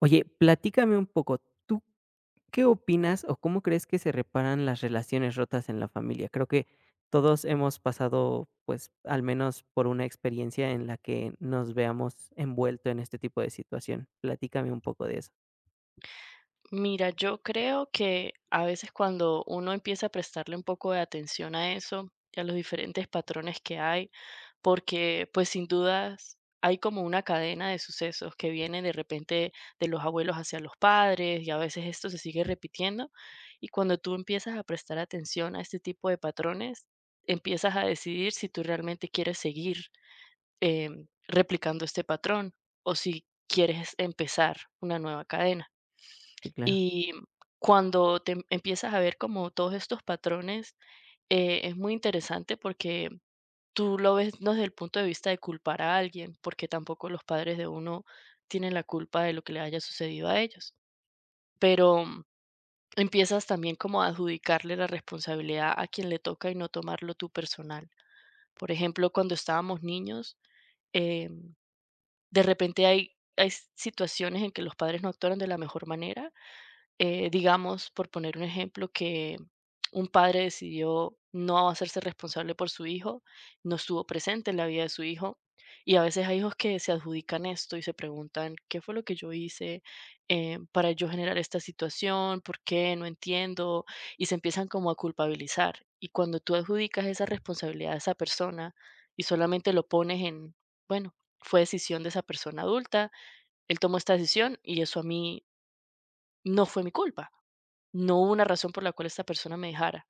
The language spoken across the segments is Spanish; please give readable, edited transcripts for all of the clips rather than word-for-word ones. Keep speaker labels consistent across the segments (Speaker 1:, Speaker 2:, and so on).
Speaker 1: Oye, platícame un poco, ¿tú qué opinas o cómo crees que se reparan las relaciones rotas en la familia? Creo que todos hemos pasado, pues, al menos por una experiencia en la que nos veamos envuelto en este tipo de situación. Platícame un poco de eso.
Speaker 2: Mira, yo creo que a veces cuando uno empieza a prestarle un poco de atención a eso y a los diferentes patrones que hay, porque pues sin dudas hay como una cadena de sucesos que viene de repente de los abuelos hacia los padres y a veces esto se sigue repitiendo y cuando tú empiezas a prestar atención a este tipo de patrones, empiezas a decidir si tú realmente quieres seguir replicando este patrón o si quieres empezar una nueva cadena.
Speaker 1: Sí, claro,
Speaker 2: Y cuando empiezas a ver como todos estos patrones, es muy interesante porque tú lo ves no desde el punto de vista de culpar a alguien, porque tampoco los padres de uno tienen la culpa de lo que le haya sucedido a ellos, pero empiezas también como a adjudicarle la responsabilidad a quien le toca y no tomarlo tú personal. Por ejemplo, cuando estábamos niños, eh, de repente hay, hay situaciones en que los padres no actuaron de la mejor manera, digamos, por poner un ejemplo, que un padre decidió no hacerse responsable por su hijo, no estuvo presente en la vida de su hijo. Y a veces hay hijos que se adjudican esto y se preguntan, ¿qué fue lo que yo hice, para yo generar esta situación? ¿Por qué? No entiendo. Y se empiezan como a culpabilizar. Y cuando tú adjudicas esa responsabilidad a esa persona y solamente lo pones en, bueno, fue decisión de esa persona adulta, él tomó esta decisión y eso a mí no fue mi culpa, no hubo una razón por la cual esta persona me dejara.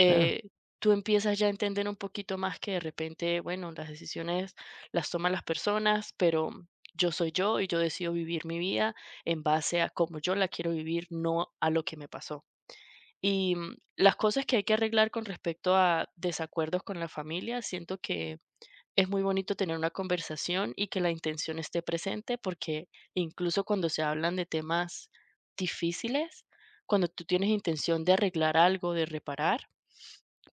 Speaker 1: claro.
Speaker 2: Tú empiezas ya a entender un poquito más que de repente, bueno, las decisiones las toman las personas, pero yo soy yo y yo decido vivir mi vida en base a cómo yo la quiero vivir, no a lo que me pasó. Y las cosas que hay que arreglar con respecto a desacuerdos con la familia, siento que es muy bonito tener una conversación y que la intención esté presente, porque incluso cuando se hablan de temas difíciles, cuando tú tienes intención de arreglar algo, de reparar,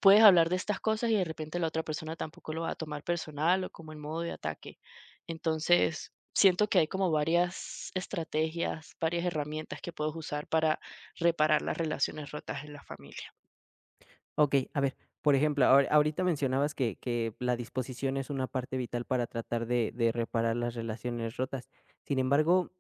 Speaker 2: puedes hablar de estas cosas y de repente la otra persona tampoco lo va a tomar personal o como en modo de ataque. Entonces, siento que hay como varias estrategias, varias herramientas que puedes usar para reparar las relaciones rotas en la familia.
Speaker 1: Ok, a ver, por ejemplo, ahorita mencionabas que la disposición es una parte vital para tratar de reparar las relaciones rotas. Sin embargo,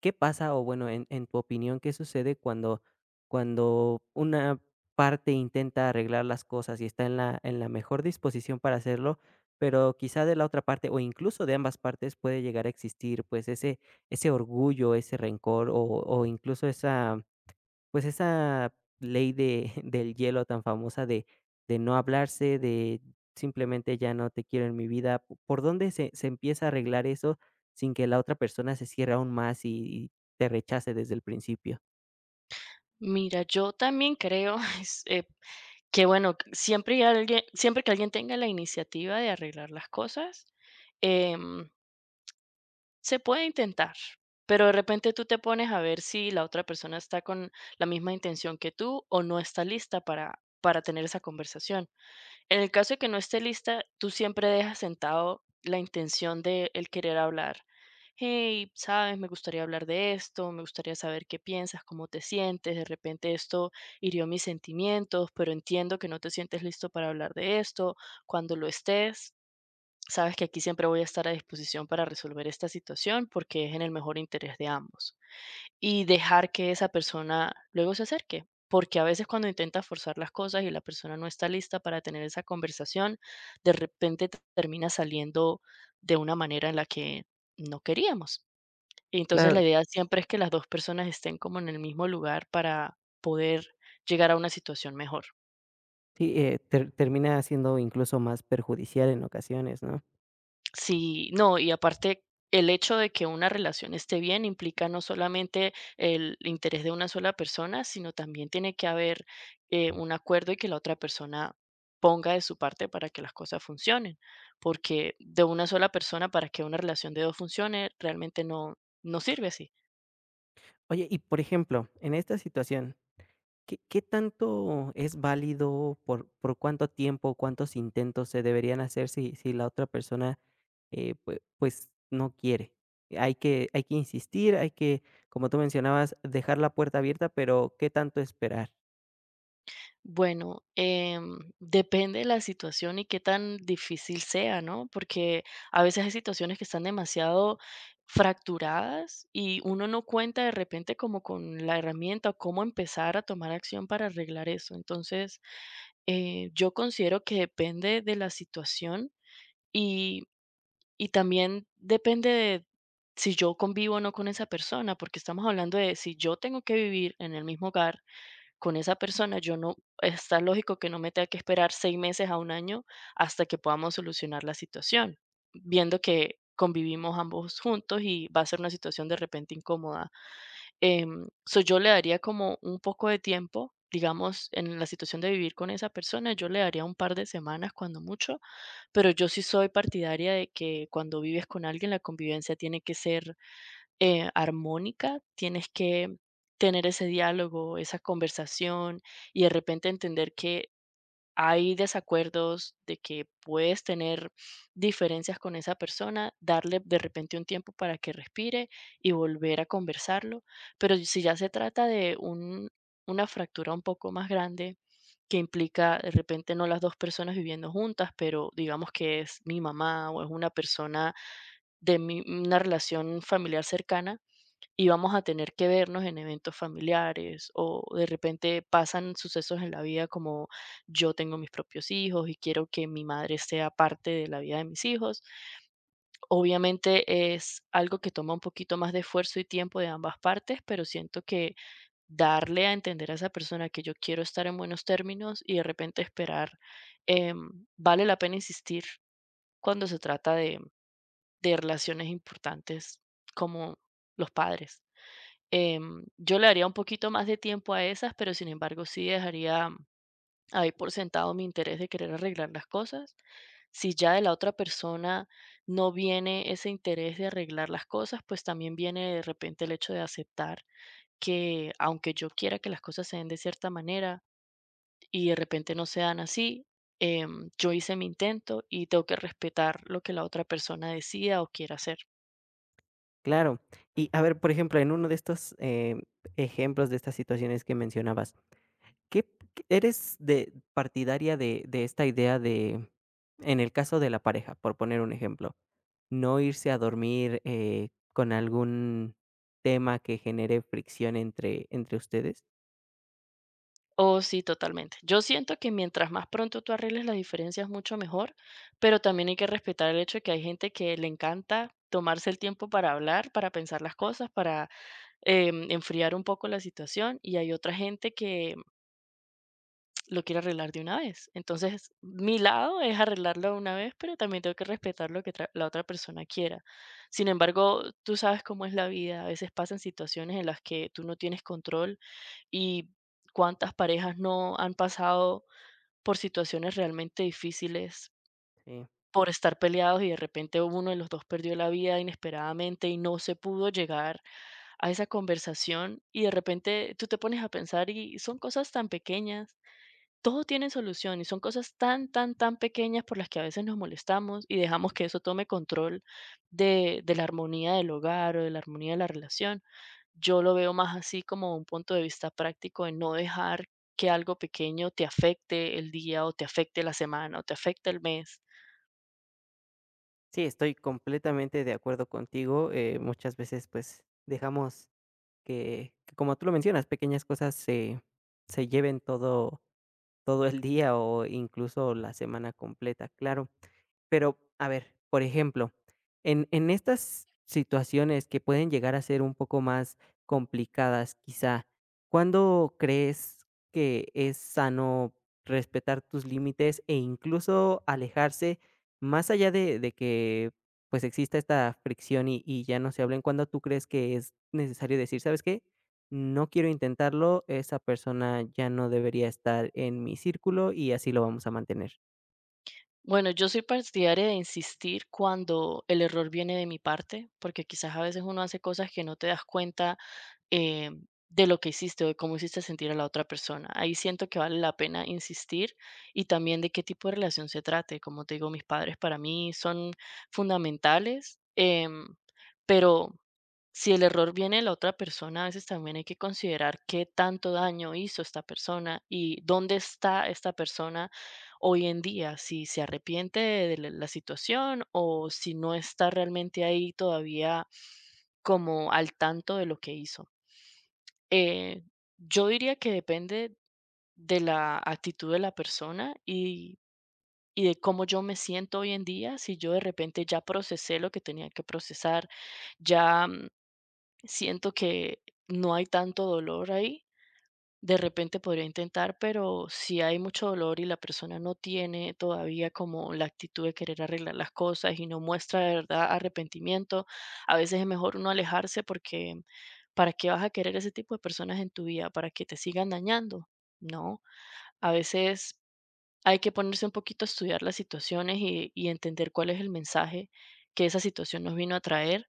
Speaker 1: ¿qué pasa? O bueno, en tu opinión, ¿qué sucede cuando cuando una parte intenta arreglar las cosas y está en la mejor disposición para hacerlo, pero quizá de la otra parte, o incluso de ambas partes, puede llegar a existir, pues, ese ese orgullo, ese rencor, o incluso esa pues esa ley de del hielo tan famosa de no hablarse, de simplemente ya no te quiero en mi vida. ¿Po por dónde se empieza a arreglar eso sin que la otra persona se cierre aún más y te rechace desde el principio?
Speaker 2: Mira, yo también creo, que bueno, c siempre hay alguien, siempre que alguien tenga la iniciativa de arreglar las cosas, em, se puede intentar, pero de repente tú te pones a ver si la otra persona está con la misma intención que tú o no está lista para tener esa conversación. En el caso de que no esté lista, tú siempre dejas sentado la intención de el querer hablar. Hey, sabes, me gustaría hablar de esto, me gustaría saber qué piensas, cómo te sientes, de repente esto hirió mis sentimientos, pero entiendo que no te sientes listo para hablar de esto. Cuando lo estés, sabes que aquí siempre voy a estar a disposición para resolver esta situación porque es en el mejor interés de ambos, y dejar que esa persona luego se acerque. Porque a veces cuando intentas forzar las cosas y la persona no está lista para tener esa conversación, de repente termina saliendo de una manera en la que no queríamos. Y entonces
Speaker 1: Claro,
Speaker 2: la idea siempre es que las dos personas estén como en el mismo lugar para poder llegar a una situación mejor.
Speaker 1: sí, termina siendo incluso más perjudicial en ocasiones, ¿no?
Speaker 2: Sí, no, y aparte, el hecho de que una relación esté bien implica no solamente el interés de una sola persona, sino también tiene que haber, un acuerdo y que la otra persona ponga de su parte para que las cosas funcionen, porque de una sola persona para que una relación de dos funcione realmente no, no sirve así.
Speaker 1: Oye, y por ejemplo, en esta situación, ¿qué qué tanto es válido? ¿Por cuánto tiempo, cuántos intentos se deberían hacer si si la otra persona, pues, no quiere? Hay que insistir, hay que, como tú mencionabas, dejar la puerta abierta, pero, ¿qué tanto esperar?
Speaker 2: Bueno, depende de la situación y qué tan difícil sea, ¿no? Porque a veces hay situaciones que están demasiado fracturadas y uno no cuenta de repente como con la herramienta o cómo empezar a tomar acción para arreglar eso. Entonces, yo considero que depende de la situación y, y también depende de si yo convivo o no con esa persona, porque estamos hablando de si yo tengo que vivir en el mismo hogar con esa persona, yo no, está lógico que no me tenga que esperar 6 meses a un año hasta que podamos solucionar la situación, viendo que convivimos ambos juntos y va a ser una situación de repente incómoda. So, yo le daría como un poco de tiempo, digamos, en la situación de vivir con esa persona, yo le daría un par de semanas cuando mucho, pero yo sí soy partidaria de que cuando vives con alguien, la convivencia tiene que ser, armónica, tienes que tener ese diálogo, esa conversación y de repente entender que hay desacuerdos, de que puedes tener diferencias con esa persona, darle de repente un tiempo para que respire y volver a conversarlo. Pero si ya se trata de una fractura un poco más grande, que implica de repente no las dos personas viviendo juntas, pero digamos que es mi mamá o es una persona de una relación familiar cercana, y vamos a tener que vernos en eventos familiares o de repente pasan sucesos en la vida como yo tengo mis propios hijos y quiero que mi madre sea parte de la vida de mis hijos. Obviamente es algo que toma un poquito más de esfuerzo y tiempo de ambas partes, pero siento que darle a entender a esa persona que yo quiero estar en buenos términos y de repente esperar, vale la pena insistir cuando se trata de relaciones importantes como los padres. Yo le daría un poquito más de tiempo a esas, pero sin embargo sí dejaría ahí por sentado mi interés de querer arreglar las cosas. Si ya de la otra persona no viene ese interés de arreglar las cosas, pues también viene de repente el hecho de aceptar que aunque yo quiera que las cosas se den de cierta manera y de repente no se dan así, yo hice mi intento y tengo que respetar lo que la otra persona decida o quiera hacer.
Speaker 1: Claro. Y, a ver, por ejemplo, en uno de estos, ejemplos de estas situaciones que mencionabas, ¿qué qué eres de partidaria de esta idea de en el caso de la pareja, por poner un ejemplo? No irse a dormir, con algún tema que genere fricción entre entre ustedes.
Speaker 2: Oh, sí, totalmente. Yo siento que mientras más pronto tú arregles las diferencias, mucho mejor, pero también hay que respetar el hecho de que hay gente que le encanta tomarse el tiempo para hablar, para pensar las cosas, para, enfriar un poco la situación, y hay otra gente que lo quiero arreglar de una vez. Entonces, mi lado es arreglarlo de una vez, pero también tengo que respetar lo que la otra persona quiera. Sin embargo, tú sabes cómo es la vida. A veces pasan situaciones en las que tú no tienes control y cuántas parejas no han pasado por situaciones realmente difíciles,
Speaker 1: Sí.
Speaker 2: por estar peleados y de repente uno de los dos perdió la vida inesperadamente y no se pudo llegar a esa conversación y de repente tú te pones a pensar y son cosas tan pequeñas, todo tiene solución y son cosas tan, tan, tan pequeñas por las que a veces nos molestamos y dejamos que eso tome control de la armonía del hogar o de la armonía de la relación. Yo lo veo más así como un punto de vista práctico en no dejar que algo pequeño te afecte el día o te afecte la semana o te afecte el mes.
Speaker 1: Sí, estoy completamente de acuerdo contigo, muchas veces, pues, dejamos que, como tú lo mencionas, pequeñas cosas se lleven todo todo el día o incluso la semana completa, claro. Pero, a ver, por ejemplo, en estas situaciones que pueden llegar a ser un poco más complicadas, quizá, ¿cuándo crees que es sano respetar tus límites e incluso alejarse más allá de que, pues, exista esta fricción y ya no se hablen? ¿Cuándo tú crees que es necesario decir: "¿Sabes qué? No quiero intentarlo, esa persona ya no debería estar en mi círculo y así lo vamos a mantener"?
Speaker 2: Bueno, yo soy partidaria de insistir cuando el error viene de mi parte, porque quizás a veces uno hace cosas que no te das cuenta, eh, de lo que hiciste o de cómo hiciste sentir a la otra persona. Ahí siento que vale la pena insistir y también de qué tipo de relación se trate. Como te digo, mis padres para mí son fundamentales, pero si el error viene de la otra persona, a veces también hay que considerar qué tanto daño hizo esta persona y dónde está esta persona hoy en día, si se arrepiente de la situación o si no está realmente ahí todavía como al tanto de lo que hizo. Eh, yo diría que depende de la actitud de la persona y de cómo yo me siento hoy en día. Si yo de repente ya procesé lo que tenía que procesar, ya, siento que no hay tanto dolor ahí, de repente podría intentar, pero si hay mucho dolor y la persona no tiene todavía como la actitud de querer arreglar las cosas y no muestra de verdad arrepentimiento, a veces es mejor uno alejarse porque ¿para qué vas a querer ese tipo de personas en tu vida? ¿Para que te sigan dañando? No, a veces hay que ponerse un poquito a estudiar las situaciones y entender cuál es el mensaje que esa situación nos vino a traer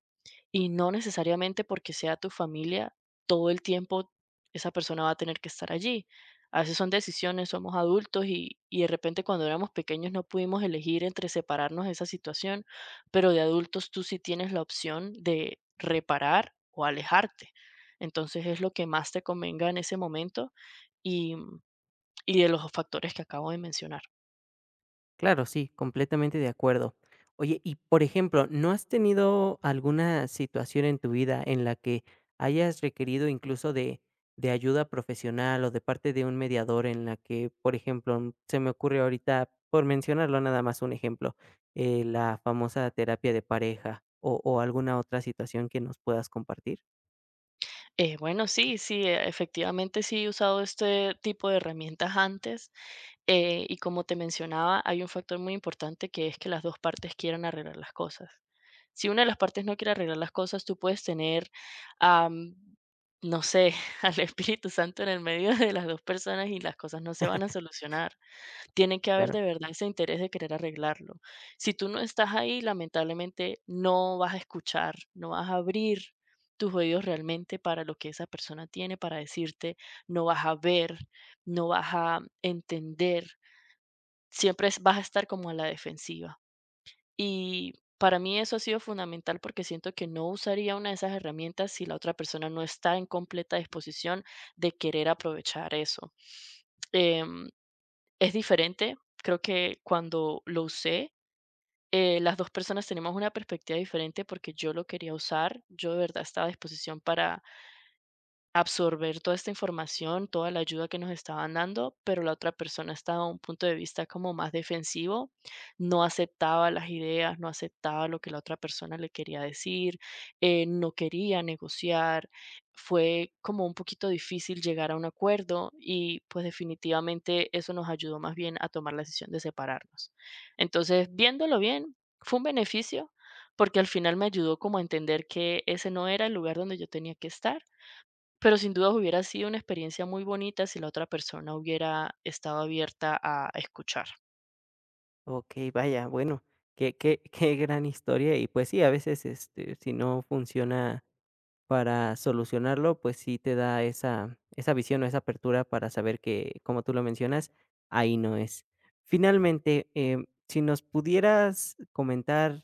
Speaker 2: y no necesariamente porque sea tu familia, todo el tiempo esa persona va a tener que estar allí. A veces son decisiones, somos adultos y de repente cuando éramos pequeños no pudimos elegir entre separarnos de esa situación, pero de adultos tú sí tienes la opción de reparar o alejarte. Entonces es lo que más te convenga en ese momento y, y de los factores que acabo de mencionar.
Speaker 1: Claro, sí, completamente de acuerdo. Oye, y por ejemplo, ¿no has tenido alguna situación en tu vida en la que hayas requerido incluso de ayuda profesional o de parte de un mediador en la que, por ejemplo, se me ocurre ahorita, por mencionarlo nada más un ejemplo, la famosa terapia de pareja o alguna otra situación que nos puedas compartir?
Speaker 2: Bueno, sí, sí, efectivamente sí he usado este tipo de herramientas antes, y como te mencionaba, hay un factor muy importante que es que las 2 partes quieran arreglar las cosas. Si una de las partes no quiere arreglar las cosas, tú puedes tener, am, no sé, al Espíritu Santo en el medio de las 2 personas y las cosas no se van a solucionar. Tiene que haber
Speaker 1: Claro.
Speaker 2: de verdad ese interés de querer arreglarlo. Si tú no estás ahí, lamentablemente no vas a escuchar, no vas a abrir tus oídos realmente para lo que esa persona tiene para decirte, no vas a ver, no vas a entender, siempre vas a estar como a la defensiva. Y para mí eso ha sido fundamental porque siento que no usaría una de esas herramientas si la otra persona no está en completa disposición de querer aprovechar eso. Em, es diferente, creo que cuando lo usé, las 2 personas tenemos una perspectiva diferente porque yo lo quería usar, yo de verdad estaba a disposición para absorber toda esta información, toda la ayuda que nos estaban dando, pero la otra persona estaba a un punto de vista como más defensivo, no aceptaba las ideas, no aceptaba lo que la otra persona le quería decir, no quería negociar, fue como un poquito difícil llegar a un acuerdo y pues definitivamente eso nos ayudó más bien a tomar la decisión de separarnos. Entonces, viéndolo bien, fue un beneficio porque al final me ayudó como a entender que ese no era el lugar donde yo tenía que estar, pero sin duda hubiera sido una experiencia muy bonita si la otra persona hubiera estado abierta a escuchar.
Speaker 1: Ok, vaya, bueno, qué, qué, qué gran historia. Y pues sí, a veces este, si no funciona para solucionarlo, pues sí te da esa visión o esa apertura para saber que, como tú lo mencionas, ahí no es. Finalmente, si nos pudieras comentar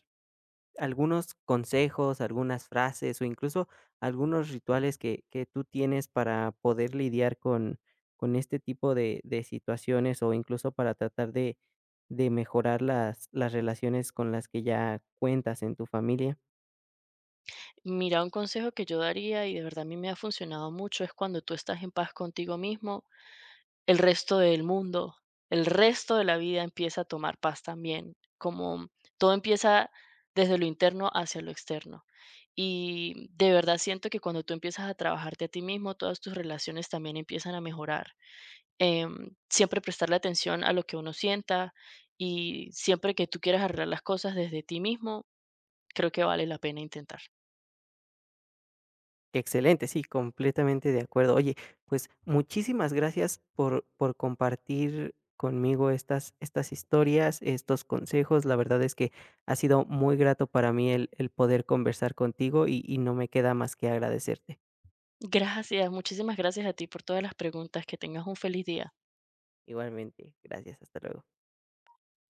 Speaker 1: algunos consejos, algunas frases o incluso algunos rituales que tú tienes para poder lidiar con este tipo de situaciones o incluso para tratar de mejorar las relaciones con las que ya cuentas en tu familia.
Speaker 2: Mira, un consejo que yo daría y de verdad a mí me ha funcionado mucho es cuando tú estás en paz contigo mismo, el resto del mundo, el resto de la vida empieza a tomar paz también, como todo empieza desde lo interno hacia lo externo. Y de verdad siento que cuando tú empiezas a trabajarte a ti mismo, todas tus relaciones también empiezan a mejorar, siempre prestarle atención a lo que uno sienta y siempre que tú quieras arreglar las cosas desde ti mismo, creo que vale la pena intentar.
Speaker 1: Excelente, sí, completamente de acuerdo. Oye, pues muchísimas gracias por compartir conmigo estas, estas historias, estos consejos. La verdad es que ha sido muy grato para mí el poder conversar contigo y no me queda más que agradecerte.
Speaker 2: Gracias, muchísimas gracias a ti por todas las preguntas. Que tengas un feliz día.
Speaker 1: Igualmente, gracias, hasta luego.